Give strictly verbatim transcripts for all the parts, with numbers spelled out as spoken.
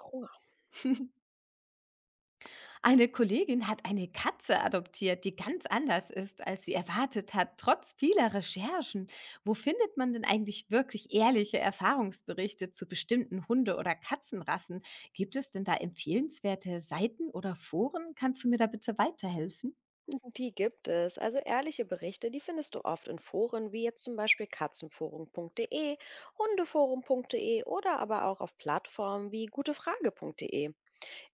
Hunger. Eine Kollegin hat eine Katze adoptiert, die ganz anders ist, als sie erwartet hat, trotz vieler Recherchen. Wo findet man denn eigentlich wirklich ehrliche Erfahrungsberichte zu bestimmten Hunde- oder Katzenrassen? Gibt es denn da empfehlenswerte Seiten oder Foren? Kannst du mir da bitte weiterhelfen? Die gibt es. Also ehrliche Berichte, die findest du oft in Foren wie jetzt zum Beispiel katzenforum.de, hundeforum.de oder aber auch auf Plattformen wie gutefrage.de.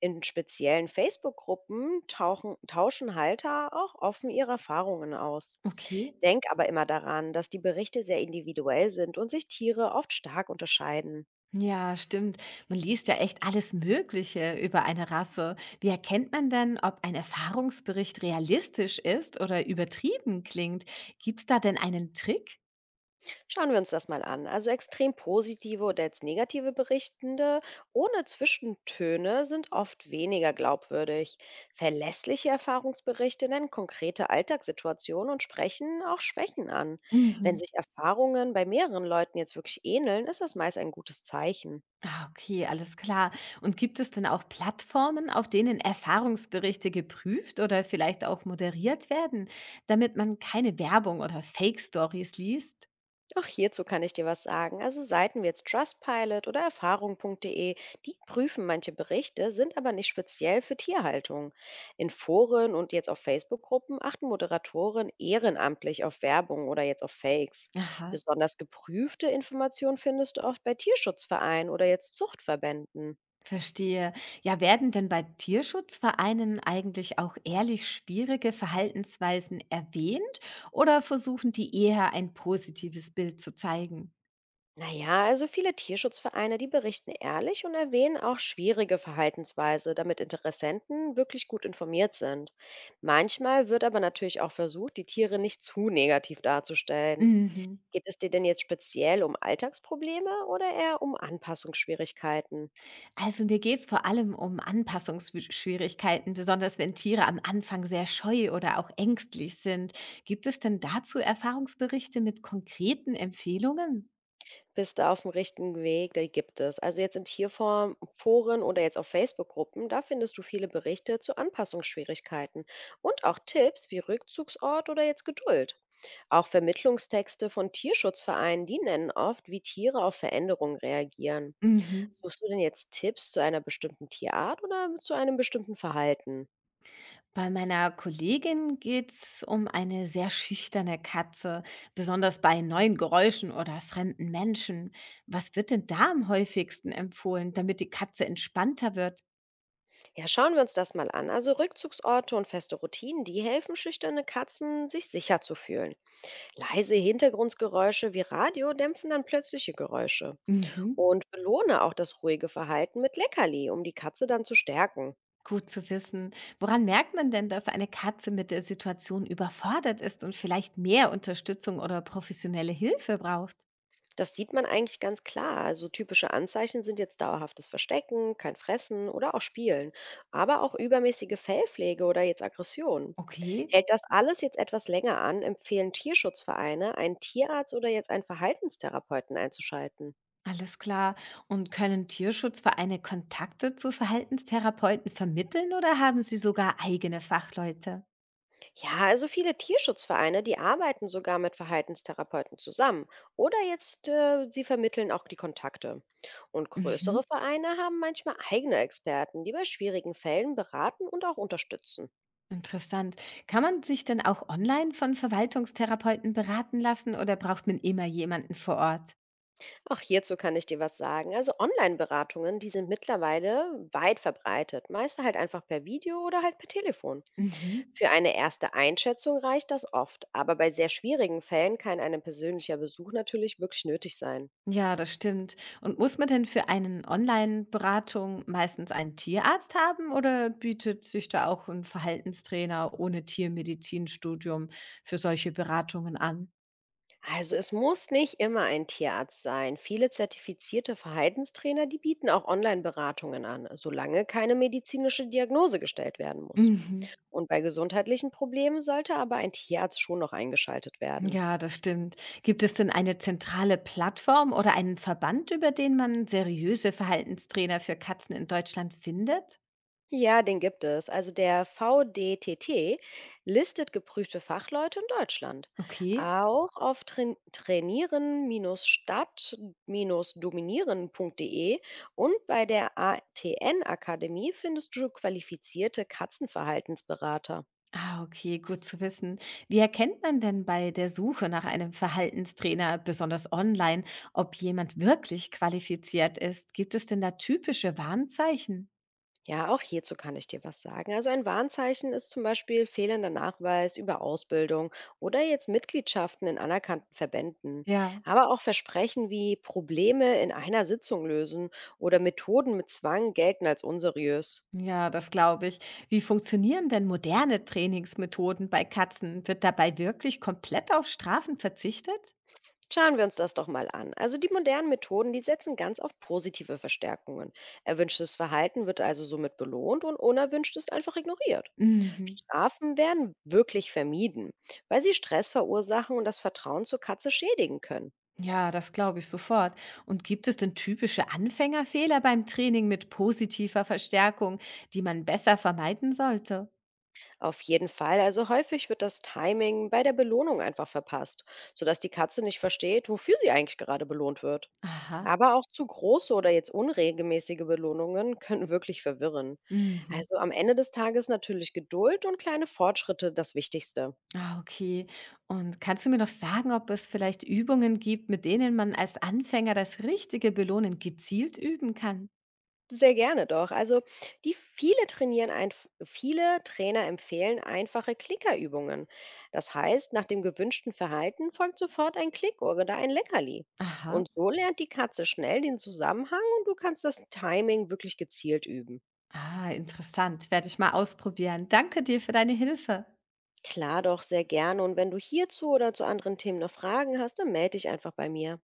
In speziellen Facebook-Gruppen tauchen- tauschen Halter auch offen ihre Erfahrungen aus. Okay. Denk aber immer daran, dass die Berichte sehr individuell sind und sich Tiere oft stark unterscheiden. Ja, stimmt. Man liest ja echt alles Mögliche über eine Rasse. Wie erkennt man denn, ob ein Erfahrungsbericht realistisch ist oder übertrieben klingt? Gibt es da denn einen Trick? Schauen wir uns das mal an. Also extrem positive oder jetzt negative Berichtende ohne Zwischentöne sind oft weniger glaubwürdig. Verlässliche Erfahrungsberichte nennen konkrete Alltagssituationen und sprechen auch Schwächen an. Wenn Mhm. sich Erfahrungen bei mehreren Leuten jetzt wirklich ähneln, ist das meist ein gutes Zeichen. Ah, okay, alles klar. Und gibt es denn auch Plattformen, auf denen Erfahrungsberichte geprüft oder vielleicht auch moderiert werden, damit man keine Werbung oder Fake-Stories liest? Auch hierzu kann ich dir was sagen. Also Seiten wie jetzt Trustpilot oder erfahrung.de, die prüfen manche Berichte, sind aber nicht speziell für Tierhaltung. In Foren und jetzt auf Facebook-Gruppen achten Moderatoren ehrenamtlich auf Werbung oder jetzt auf Fakes. Aha, Besonders geprüfte Informationen findest du oft bei Tierschutzvereinen oder jetzt Zuchtverbänden. verstehe. Ja, werden denn bei Tierschutzvereinen eigentlich auch ehrlich schwierige Verhaltensweisen erwähnt oder versuchen die eher ein positives Bild zu zeigen? Naja, also viele Tierschutzvereine, die berichten ehrlich und erwähnen auch schwierige Verhaltensweise, damit Interessenten wirklich gut informiert sind. Manchmal wird aber natürlich auch versucht, die Tiere nicht zu negativ darzustellen. Mhm. Geht es dir denn jetzt speziell um Alltagsprobleme oder eher um Anpassungsschwierigkeiten? Also mir geht es vor allem um Anpassungsschwierigkeiten, besonders wenn Tiere am Anfang sehr scheu oder auch ängstlich sind. Gibt es denn dazu Erfahrungsberichte mit konkreten Empfehlungen? Bist du auf dem richtigen Weg? Die gibt es. Also jetzt in Tierform, Foren oder jetzt auf Facebook-Gruppen, da findest du viele Berichte zu Anpassungsschwierigkeiten und auch Tipps wie Rückzugsort oder jetzt Geduld. Auch Vermittlungstexte von Tierschutzvereinen, die nennen oft, wie Tiere auf Veränderungen reagieren. Mhm. Suchst du denn jetzt Tipps zu einer bestimmten Tierart oder zu einem bestimmten Verhalten? Bei meiner Kollegin geht es um eine sehr schüchterne Katze, besonders bei neuen Geräuschen oder fremden Menschen. Was wird denn da am häufigsten empfohlen, damit die Katze entspannter wird? Ja, schauen wir uns das mal an. Also Rückzugsorte und feste Routinen, die helfen schüchterne Katzen, sich sicher zu fühlen. Leise Hintergrundgeräusche wie Radio dämpfen dann plötzliche Geräusche. Mhm. Und belohne auch das ruhige Verhalten mit Leckerli, um die Katze dann zu stärken. Gut zu wissen. Woran merkt man denn, dass eine Katze mit der Situation überfordert ist und vielleicht mehr Unterstützung oder professionelle Hilfe braucht? Das sieht man eigentlich ganz klar. Also typische Anzeichen sind jetzt dauerhaftes Verstecken, kein Fressen oder auch Spielen, aber auch übermäßige Fellpflege oder jetzt Aggression. Okay, Hält das alles jetzt etwas länger an, empfehlen Tierschutzvereine, einen Tierarzt oder jetzt einen Verhaltenstherapeuten einzuschalten. alles klar. Und können Tierschutzvereine Kontakte zu Verhaltenstherapeuten vermitteln oder haben sie sogar eigene Fachleute? Ja, also viele Tierschutzvereine, die arbeiten sogar mit Verhaltenstherapeuten zusammen oder jetzt äh, sie vermitteln auch die Kontakte. Und größere Mhm. Vereine haben manchmal eigene Experten, die bei schwierigen Fällen beraten und auch unterstützen. Interessant. Kann man sich denn auch online von Verwaltungstherapeuten beraten lassen oder braucht man immer jemanden vor Ort? Auch hierzu kann ich dir was sagen. Also Online-Beratungen, die sind mittlerweile weit verbreitet. Meist halt einfach per Video oder halt per Telefon. Mhm. Für eine erste Einschätzung reicht das oft, aber bei sehr schwierigen Fällen kann ein persönlicher Besuch natürlich wirklich nötig sein. Ja, das stimmt. Und muss man denn für eine Online-Beratung meistens einen Tierarzt haben oder bietet sich da auch ein Verhaltenstrainer ohne Tiermedizinstudium für solche Beratungen an? Also es muss nicht immer ein Tierarzt sein. Viele zertifizierte Verhaltenstrainer, die bieten auch Online-Beratungen an, solange keine medizinische Diagnose gestellt werden muss. Mhm. Und bei gesundheitlichen Problemen sollte aber ein Tierarzt schon noch eingeschaltet werden. Ja, das stimmt. Gibt es denn eine zentrale Plattform oder einen Verband, über den man seriöse Verhaltenstrainer für Katzen in Deutschland findet? Ja, den gibt es. Also der V D T T listet geprüfte Fachleute in Deutschland. Okay. Auch auf train- trainieren-stadt-dominieren.de und bei der A T N-Akademie findest du qualifizierte Katzenverhaltensberater. Ah, okay, gut zu wissen. Wie erkennt man denn bei der Suche nach einem Verhaltenstrainer, besonders online, ob jemand wirklich qualifiziert ist? Gibt es denn da typische Warnzeichen? Ja, auch hierzu kann ich dir was sagen. Also ein Warnzeichen ist zum Beispiel fehlender Nachweis über Ausbildung oder jetzt Mitgliedschaften in anerkannten Verbänden. Ja, Aber auch Versprechen wie Probleme in einer Sitzung lösen oder Methoden mit Zwang gelten als unseriös. ja, das glaube ich. Wie funktionieren denn moderne Trainingsmethoden bei Katzen? Wird dabei wirklich komplett auf Strafen verzichtet? Schauen wir uns das doch mal an. Also die modernen Methoden, die setzen ganz auf positive Verstärkungen. Erwünschtes Verhalten wird also somit belohnt und unerwünschtes einfach ignoriert. Mhm. Strafen werden wirklich vermieden, weil sie Stress verursachen und das Vertrauen zur Katze schädigen können. Ja, das glaube ich sofort. Und gibt es denn typische Anfängerfehler beim Training mit positiver Verstärkung, die man besser vermeiden sollte? Auf jeden Fall, also häufig wird das Timing bei der Belohnung einfach verpasst, sodass die Katze nicht versteht, wofür sie eigentlich gerade belohnt wird. Aha. Aber auch zu große oder jetzt unregelmäßige Belohnungen können wirklich verwirren. Mhm. Also am Ende des Tages natürlich Geduld und kleine Fortschritte das Wichtigste. Ah, okay. Und kannst du mir noch sagen, ob es vielleicht Übungen gibt, mit denen man als Anfänger das richtige Belohnen gezielt üben kann? Sehr gerne doch. Also, die viele trainieren ein viele Trainer empfehlen einfache Klickerübungen. Das heißt, nach dem gewünschten Verhalten folgt sofort ein Klick oder ein Leckerli. Aha. Und so lernt die Katze schnell den Zusammenhang und du kannst das Timing wirklich gezielt üben. Ah, interessant. Werde ich mal ausprobieren. Danke dir für deine Hilfe. Klar doch, sehr gerne. Und wenn du hierzu oder zu anderen Themen noch Fragen hast, dann melde dich einfach bei mir.